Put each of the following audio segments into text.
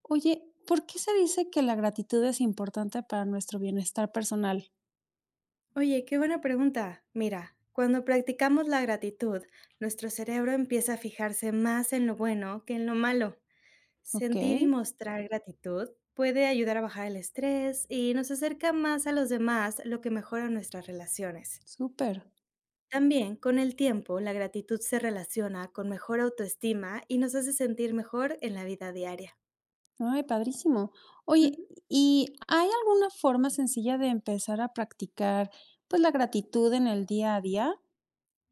Oye, ¿por qué se dice que la gratitud es importante para nuestro bienestar personal? Oye, qué buena pregunta. Mira, cuando practicamos la gratitud, nuestro cerebro empieza a fijarse más en lo bueno que en lo malo. Ok, Sentir y mostrar gratitud puede ayudar a bajar el estrés y nos acerca más a los demás, lo que mejora nuestras relaciones. súper. También, con el tiempo, la gratitud se relaciona con mejor autoestima y nos hace sentir mejor en la vida diaria. Ay, padrísimo. Oye, ¿y hay alguna forma sencilla de empezar a practicar, pues, la gratitud en el día a día?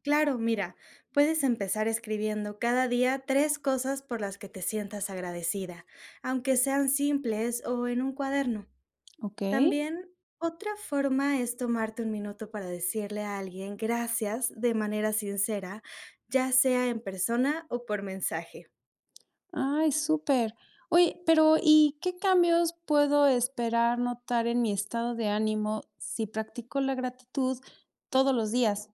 Claro, mira, puedes empezar escribiendo cada día tres cosas por las que te sientas agradecida, aunque sean simples o en un cuaderno. Ok. También, otra forma es tomarte un minuto para decirle a alguien gracias de manera sincera, ya sea en persona o por mensaje. Ay, súper. Oye, pero ¿y qué cambios puedo esperar notar en mi estado de ánimo si practico la gratitud todos los días?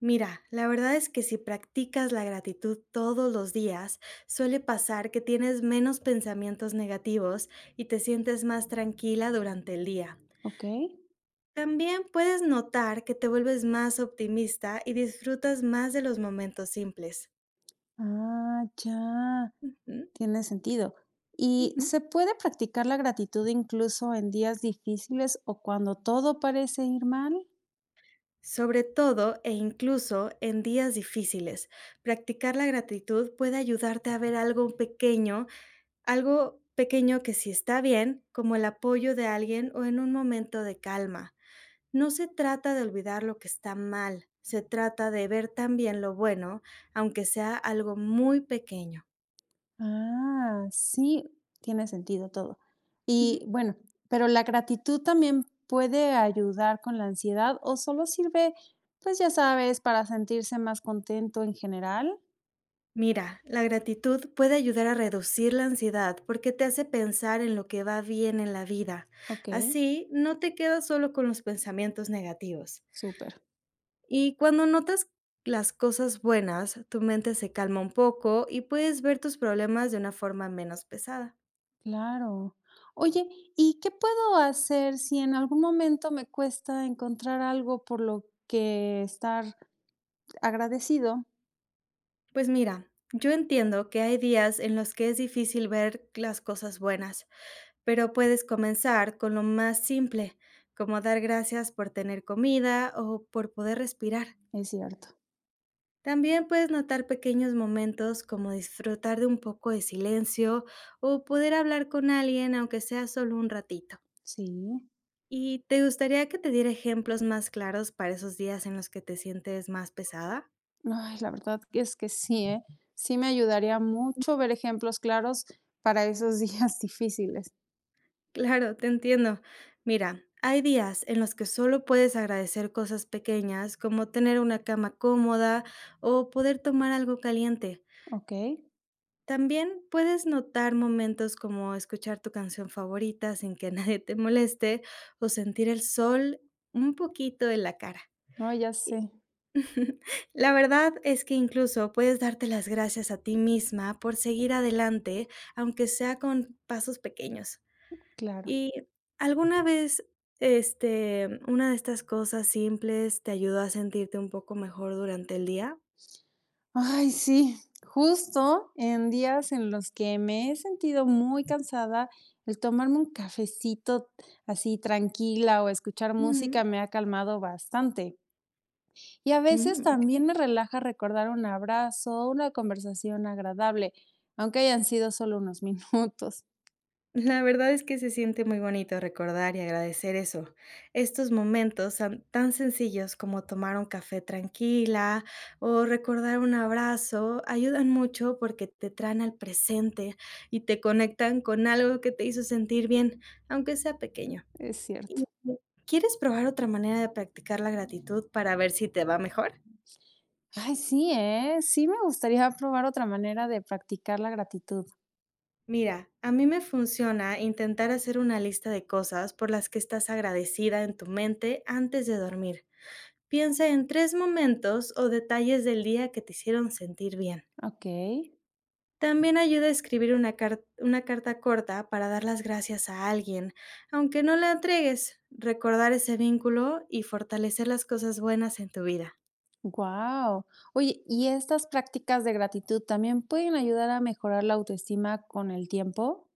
Mira, la verdad es que si practicas la gratitud todos los días, suele pasar que tienes menos pensamientos negativos y te sientes más tranquila durante el día. Ok. También puedes notar que te vuelves más optimista y disfrutas más de los momentos simples. Ah, ya. Ujú, Tiene sentido. ¿Y ujú. se puede practicar la gratitud incluso en días difíciles o cuando todo parece ir mal? Sobre todo e incluso en días difíciles. Practicar la gratitud puede ayudarte a ver algo pequeño que sí está bien, como el apoyo de alguien o en un momento de calma. No se trata de olvidar lo que está mal, se trata de ver también lo bueno, aunque sea algo muy pequeño. Ah, sí, tiene sentido todo. Ujú. Y bueno, pero la gratitud también puede ayudar con la ansiedad o solo sirve, pues ya sabes, para sentirse más contento en general. Mira, la gratitud puede ayudar a reducir la ansiedad porque te hace pensar en lo que va bien en la vida. Ok, Así, no te quedas solo con los pensamientos negativos. súper, Y cuando notas las cosas buenas, tu mente se calma un poco y puedes ver tus problemas de una forma menos pesada. claro. Oye, ¿y qué puedo hacer si en algún momento me cuesta encontrar algo por lo que estar agradecido? Pues mira, yo entiendo que hay días en los que es difícil ver las cosas buenas, pero puedes comenzar con lo más simple, como dar gracias por tener comida o por poder respirar. Es cierto, También puedes notar pequeños momentos como disfrutar de un poco de silencio o poder hablar con alguien aunque sea solo un ratito. sí. ¿Y te gustaría que te diera ejemplos más claros para esos días en los que te sientes más pesada? Ay, la verdad que es que sí, ¿eh? Sí me ayudaría mucho ver ejemplos claros para esos días difíciles. Claro, te entiendo. Mira, hay días en los que solo puedes agradecer cosas pequeñas como tener una cama cómoda o poder tomar algo caliente. Ok, También puedes notar momentos como escuchar tu canción favorita sin que nadie te moleste o sentir el sol un poquito en la cara. no, ya Y sé, la verdad es que incluso puedes darte las gracias a ti misma por seguir adelante, aunque sea con pasos pequeños. claro. ¿Y alguna vez, una de estas cosas simples te ayudó a sentirte un poco mejor durante el día? Ay, sí, justo en días en los que me he sentido muy cansada, el tomarme un cafecito así tranquila o escuchar música Ujú. me ha calmado bastante. Y a veces Mm, también ok. me relaja recordar un abrazo, una conversación agradable, aunque hayan sido solo unos minutos. La verdad es que se siente muy bonito recordar y agradecer eso, estos momentos tan sencillos como tomar un café tranquila o recordar un abrazo ayudan mucho porque te traen al presente y te conectan con algo que te hizo sentir bien, aunque sea pequeño. Es Y- cierto. ¿Quieres probar otra manera de practicar la gratitud para ver si te va mejor? Ay, sí, ¿eh? Sí me gustaría probar otra manera de practicar la gratitud. Mira, a mí me funciona intentar hacer una lista de cosas por las que estás agradecida en tu mente antes de dormir. Piensa en tres momentos o detalles del día que te hicieron sentir bien. Ok. También ayuda a escribir una carta corta para dar las gracias a alguien, aunque no la entregues, recordar ese vínculo y fortalecer las cosas buenas en tu vida. Wow. Oye, ¿y estas prácticas de gratitud también pueden ayudar a mejorar la autoestima con el tiempo?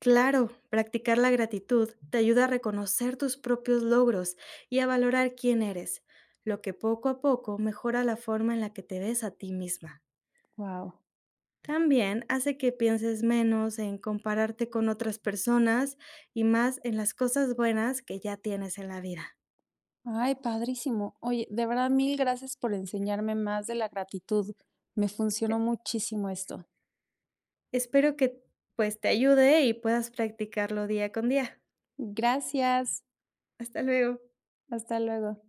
Claro, practicar la gratitud te ayuda a reconocer tus propios logros y a valorar quién eres, lo que poco a poco mejora la forma en la que te ves a ti misma. Wow. También hace que pienses menos en compararte con otras personas y más en las cosas buenas que ya tienes en la vida. Ay, padrísimo. Oye, de verdad, mil gracias por enseñarme más de la gratitud. Me E- funcionó muchísimo esto. Espero que pues te ayude y puedas practicarlo día con día. Gracias. Hasta luego. Hasta luego.